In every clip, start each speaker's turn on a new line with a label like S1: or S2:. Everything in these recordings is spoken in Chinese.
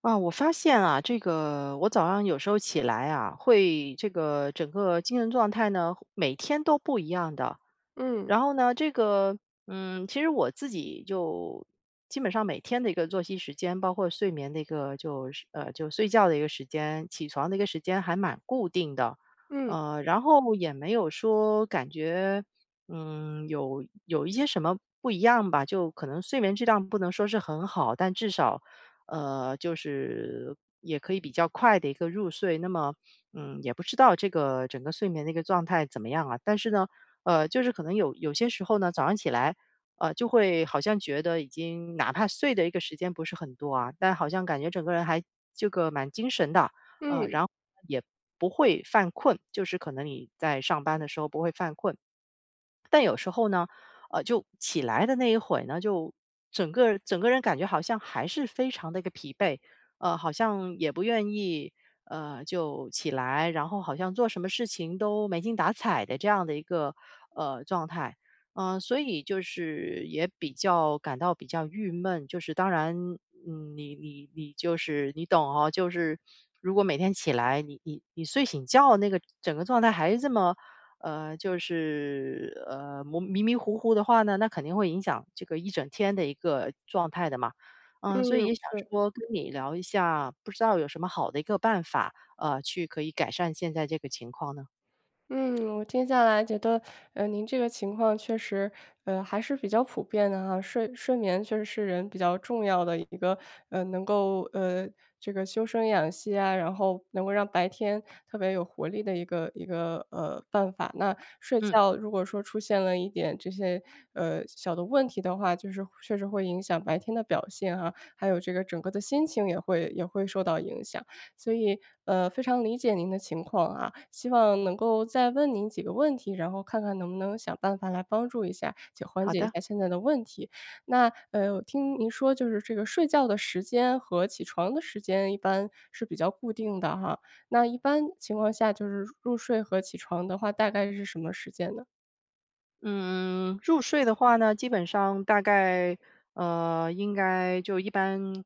S1: 啊，我发现啊，这个我早上有时候起来啊，会这个整个精神状态呢，每天都不一样的。
S2: 嗯，
S1: 然后呢，这个其实我自己就基本上每天的一个作息时间，包括睡眠的一个就是就睡觉的一个时间，起床的一个时间还蛮固定的。
S2: 嗯，
S1: 然后也没有说感觉有一些什么不一样吧，就可能睡眠质量不能说是很好，但至少。就是也可以比较快的一个入睡。那么，也不知道这个整个睡眠的一个状态怎么样啊？但是呢，就是可能有些时候呢，早上起来，就会好像觉得已经哪怕睡的一个时间不是很多啊，但好像感觉整个人还这个蛮精神的，
S2: 嗯，
S1: 然后也不会犯困，就是可能你在上班的时候不会犯困。后呢，就起来的那一会呢，就整个人感觉好像还是非常的一个疲惫，好像也不愿意，就起来，然后好像做什么事情都没精打采的这样的一个状态。所以就是也比较感到比较郁闷，就是当然，你就是你懂哦，就是如果每天起来，你睡醒觉那个整个状态还是这么就是迷迷糊糊的话呢，那肯定会影响这个一整天的一个状态的嘛。所以
S2: 嗯。
S1: 也想
S2: 是。
S1: 说跟你聊一下，不知道有什么好的一个办法，去可以改善现在这个情况呢？
S2: 嗯，我听下来觉得，您这个情况确实，还是比较普遍的哈。睡眠确实是人比较重要的一个，能够，这个修身养息啊，然后能够让白天特别有活力的一个，办法。那睡
S1: 嗯，
S2: 觉如果说出现了一点这些，小的问题的话，就是确实会影响白天的表现哈，还有这个整个的心情也会受到影响。所以，非常理解您的情况啊，希望能够再问您几个问题，然后看看能不能想办法来帮助一下，且缓
S1: 好
S2: 解一
S1: 的。
S2: 下现在的问题。那，我听您说就是这个睡觉的时间和起床的时间一般是比较固定的哈，那一般情况下就是入睡和起床的话，大概是什么时间呢？
S1: 嗯，入睡的话呢，基本上大概，应该就一般，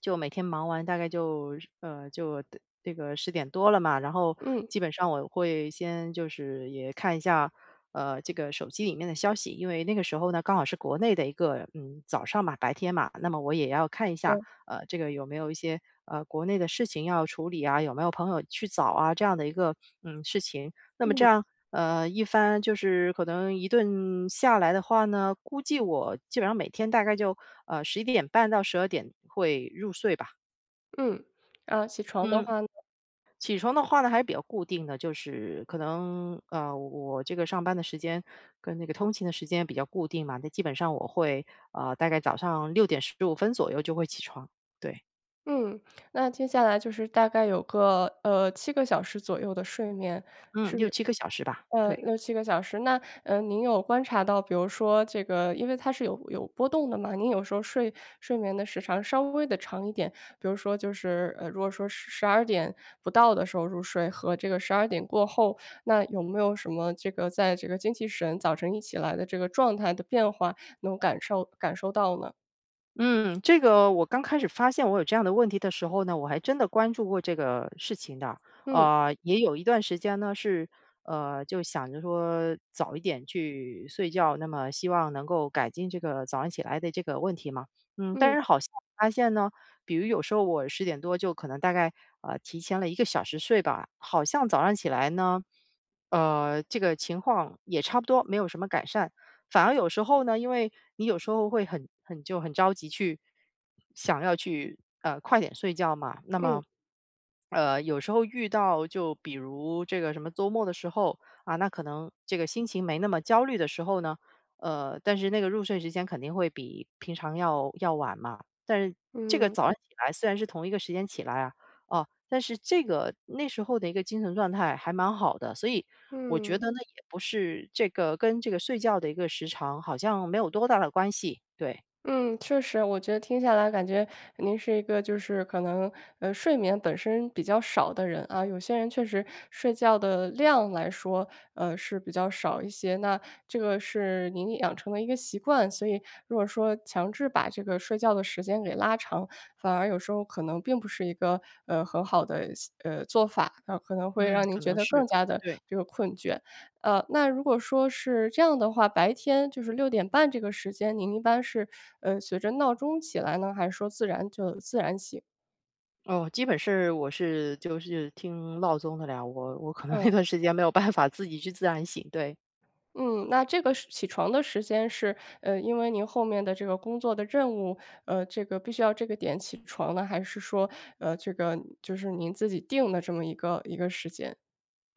S1: 就每天忙完大概就就得这个十点多了嘛，然后
S2: 嗯，
S1: 基本上我会先就是也看一下，这个手机里面的消息，因为那个时候呢刚好是国内的一个早上嘛，白天嘛，那么我也要看一
S2: 对，
S1: 下，这个有没有一些国内的事情要处理啊，有没有朋友去找啊这样的一个事情。那么这
S2: 嗯
S1: 样，一番就是可能一顿下来的话呢，估计我基本上每天大概就11点半到12点会入睡吧。
S2: 嗯，啊，起床的
S1: 嗯，
S2: 话呢
S1: 起床的话呢还是比较固定的，就是可能我这个上班的时间跟那个通勤的时间比较固定嘛，那基本上我会大概早上6点15分左右就会起床，对，
S2: 嗯，那接下来就是大概有个，七个小时左右的睡眠。
S1: 嗯六七个小时吧，对。
S2: 6、7个小时。那，您有观察到，比如说这个因为它是有波动的嘛，您有时候睡眠的时长稍微的长一点，比如说就是，如果说十二点不到的时候入睡和这个十二点过后，那有没有什么这个在这个精气神早晨一起来的这个状态的变化，能感受到呢？
S1: 嗯，这个我刚开始发现我有这样的问题的时候呢，我还真的关注过这个事情的。
S2: 嗯，
S1: 也有一段时间呢是，就想着说早一点去睡觉，那么希望能够改进这个早上起来的这个问题嘛。但
S2: 嗯，
S1: 是好像发现呢，比如有时候我十点多就可能大概，提前了一个小时睡吧，好像早上起来呢，这个情况也差不多，没有什么改善。反而有时候呢，因为你有时候会很着急去想要去，快点睡觉嘛，那
S2: 嗯，
S1: 么有时候遇到就比如这个什么周末的时候啊，那可能这个心情没那么焦虑的时候呢，但是那个入睡时间肯定会比平常要晚嘛。但是这个
S2: 嗯，
S1: 早上起来虽然是同一个时间起来啊，哦，但是这个那时候的一个精神状态还蛮好的，所以我觉
S2: 嗯。
S1: 得呢，也不是这个跟这个睡觉的一个时长好像没有多大的关系。对，
S2: 嗯，确实，我觉得听下来感觉您是一个就是可能，睡眠本身比较少的人啊。有些人确实睡觉的量来说，是比较少一些，那这个是您养成的一个习惯，所以如果说强制把这个睡觉的时间给拉长，反而有时候可能并不是一个，很好的，做法，可能会
S1: 嗯，
S2: 让您
S1: 可
S2: 觉
S1: 能
S2: 得
S1: 是
S2: 更加的
S1: 对。
S2: 这个困倦。那如果说是这样的话，白天就是6点半这个时间，您一般是，随着闹钟起来呢，还是说自然就自然醒？
S1: 哦，基本是我是就是听闹钟的了，我可能那
S2: 嗯，
S1: 段时间没有办法自己去自然醒，对。
S2: 嗯，那这个是起床的时间是，因为您后面的这个工作的任务，这个必须要这个点起床呢，还是说，这个就是您自己定的这么一个时间？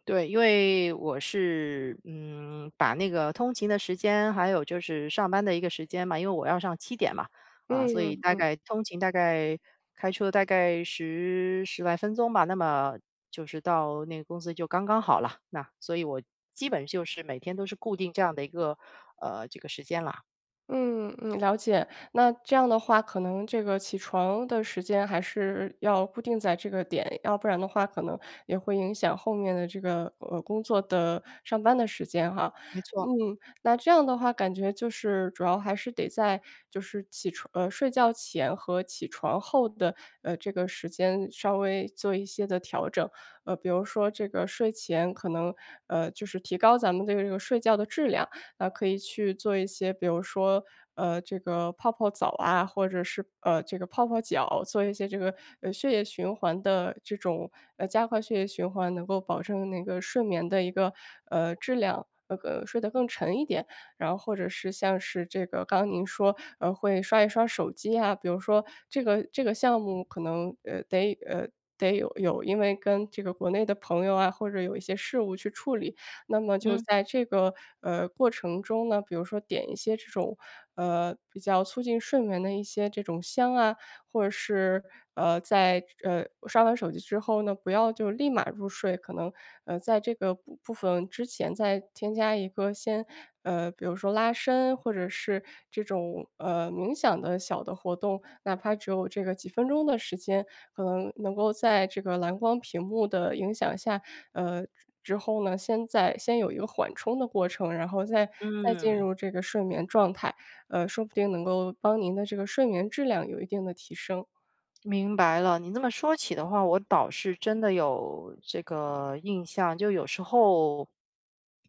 S1: 对，因为我是，把那个通勤的时间，还有就是上班的一个时间嘛，因为我要上7点嘛，啊，所以大
S2: 嗯。
S1: 概通勤大概开车大概十来分钟吧，那么就是到那个公司就刚刚好了。那所以我基本就是每天都是固定这样的一个，这个时间啦，
S2: 嗯嗯，了解。那这样的话，可能这个起床的时间还是要固定在这个点，要不然的话，可能也会影响后面的这个工作的上班的时间哈。
S1: 没错，
S2: 嗯，那这样的话，感觉就是主要还是得在就是起床睡觉前和起床后的这个时间稍微做一些的调整。比如说这个睡前可能就是提高咱们的这个睡觉的质量。可以去做一些，比如说，这个泡泡澡啊，或者是这个泡泡脚，做一些这个血液循环的这种加快血液循环，能够保证那个睡眠的一个质量。睡得更沉一点，然后或者是像是这个刚刚您说，会刷一刷手机啊，比如说这个项目可能得有，因为跟这个国内的朋友啊，或者有一些事务去处理，那么就
S1: 嗯，
S2: 在这个，过程中呢，比如说点一些这种，比较促进睡眠的一些这种香啊，或者是，在刷完手机之后呢，不要就立马入睡，可能，在这个部分之前再添加一个先比如说拉伸，或者是这种，冥想的小的活动，哪怕只有这个几分钟的时间，可能能够在这个蓝光屏幕的影响下，之后呢，先有一个缓冲的过程，然后再进
S1: 嗯。
S2: 入这个睡眠状态。说不定能够帮您的这个睡眠质量有一定的提升。
S1: 明白了，你这么说起的话，我倒是真的有这个印象。就有时候，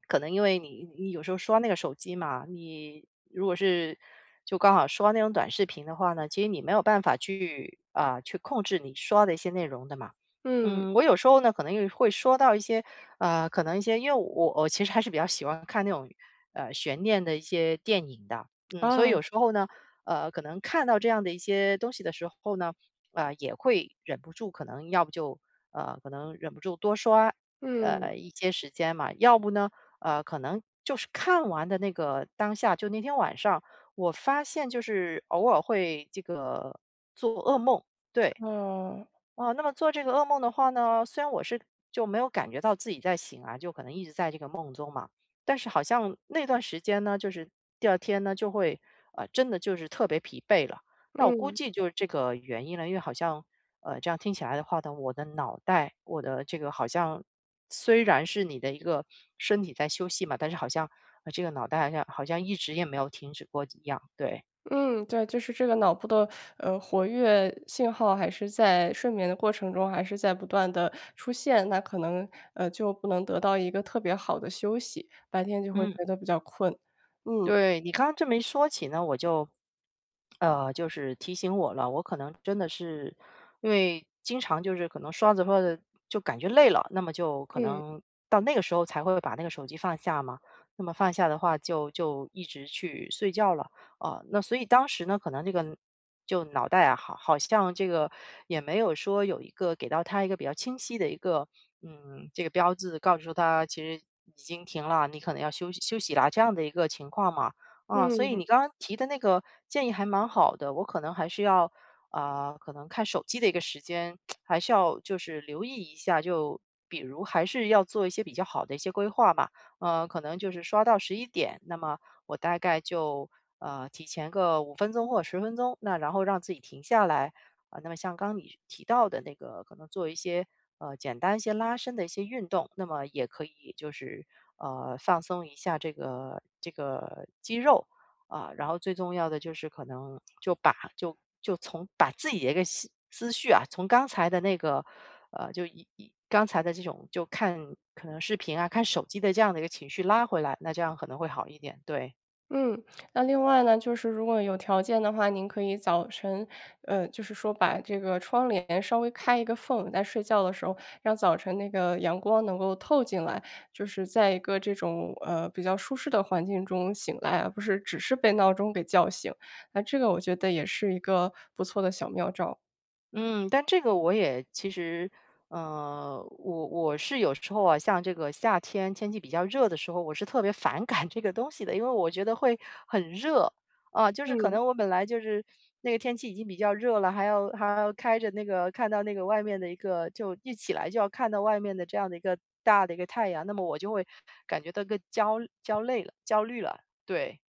S1: 可能因为你有时候刷那个手机嘛，你如果是就刚好刷那种短视频的话呢，其实你没有办法去控制你刷的一些内容的嘛。
S2: 嗯，
S1: 我有时候呢，可能也会说到一些可能一些，因为我其实还是比较喜欢看那种悬念的一些电影的，所以
S2: 啊，
S1: 有时候呢，可能看到这样的一些东西的时候呢。啊，也会忍不住可能要不就，可能忍不住多刷，
S2: 嗯，
S1: 一些时间嘛，要不呢，可能就是看完的那个当下，就那天晚上，我发现就是偶尔会这个做噩梦，对。
S2: 哦，
S1: 哦，那么做这个噩梦的话呢，虽然我是就没有感觉到自己在醒啊，就可能一直在这个梦中嘛，但是好像那段时间呢，就是第二天呢就会真的就是特别疲惫了。那我估
S2: 嗯，
S1: 计就是这个原因了，因为好像这样听起来的话呢，我的脑袋，我的这个好像虽然是你的一个身体在休息嘛，但是好像这个脑袋好像一直也没有停止过一样，对，
S2: 嗯，对，就是这个脑部的活跃信号还是在睡眠的过程中还是在不断的出现，那可能就不能得到一个特别好的休息，白天就会
S1: 嗯。
S2: 觉得比较困。嗯，
S1: 对，你刚刚这么一说起呢，我就，就是提醒我了，我可能真的是因为经常就是可能刷着刷着就感觉累了，那么就可
S2: 嗯，嗯。
S1: 能到那个时候才会把那个手机放下嘛。那么放下的话就一直去睡觉了。啊，那所以当时呢，可能这个就脑袋啊，好像这个也没有说有一个给到他一个比较清晰的一个，这个标志，告诉他其实已经停了，你可能要休息休息啦，这样的一个情况嘛。啊，所以
S2: 嗯
S1: 你刚刚提的那个建议还蛮好的，我可能还是要啊、可能看手机的一个时间，还是要就是留意一下，就比如还是要做一些比较好的一些规划吧。可能就是刷到十一点，那么我大概就提前个5分钟或者10分钟，那然后让自己停下来啊、那么像刚你提到的那个，可能做一些简单一些拉伸的一些运动，那么也可以就是放松一下这个肌肉啊、然后最重要的就是可能就把就就从把自己的一个思绪啊，从刚才的那个就刚才的这种就看可能视频啊、看手机的这样的一个情绪拉回来，那这样可能会好一点，对。
S2: 嗯，那另外呢，就是如果有条件的话，您可以早晨，就是说把这个窗帘稍微开一个缝，在睡觉的时候，让早晨那个阳光能够透进来，就是在一个这种比较舒适的环境中醒来啊，而不是只是被闹钟给叫醒。那这个我觉得也是一个不错的小妙招。
S1: 嗯，但这个我也其实，我是有时候啊，像这个夏天天气比较热的时候，我是特别反感这个东西的，因为我觉得会很热啊，就是可
S2: 嗯。
S1: 能我本来就是那个天气已经比较热了，还要开着那个看到那个外面的一个，就一起来就要看到外面的这样的一个大的一个太阳，那么我就会感觉到个焦累了、焦虑了，对，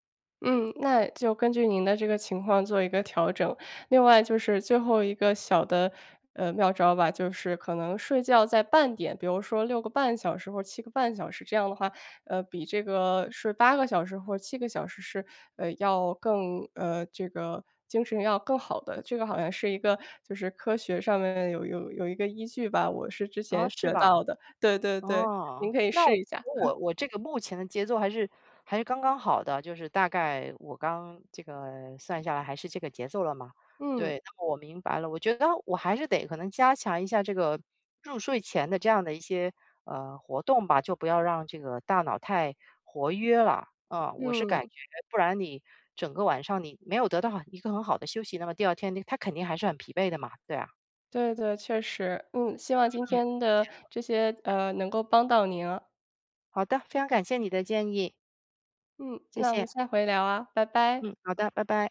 S2: 嗯，那就根据您的这个情况做一个调整。另外就是最后一个小的，妙招吧，就是可能睡觉在半点，比如说6个半小时或者7个半小时，这样的话，比这个睡8个小时或者七个小时是，要更这个精神要更好的。这个好像是一个就是科学上面有一个依据吧，我是之
S1: 啊，
S2: 前
S1: 是
S2: 学
S1: 吧？
S2: 到的。对对对，
S1: 哦，
S2: 您可以
S1: 那
S2: 试
S1: 我
S2: 一下。
S1: 我我这个目前的节奏还是刚刚好的，就是大概我刚这个算下来还是这个节奏了嘛。
S2: 嗯，
S1: 对，那么我明白了，我觉得我还是得可能加强一下这个入睡前的这样的一些活动吧，就不要让这个大脑太活跃了。啊、我是感
S2: 嗯。
S1: 觉，不然你整个晚上你没有得到一个很好的休息，那么第二天你他肯定还是很疲惫的嘛。对啊，
S2: 对对，确实。嗯，希望今天的这些，能够帮到您啊
S1: 好的，非常感谢你的建议，
S2: 嗯，
S1: 谢
S2: 那我
S1: 谢。
S2: 们下回聊啊，拜拜。
S1: 嗯，好的，拜拜。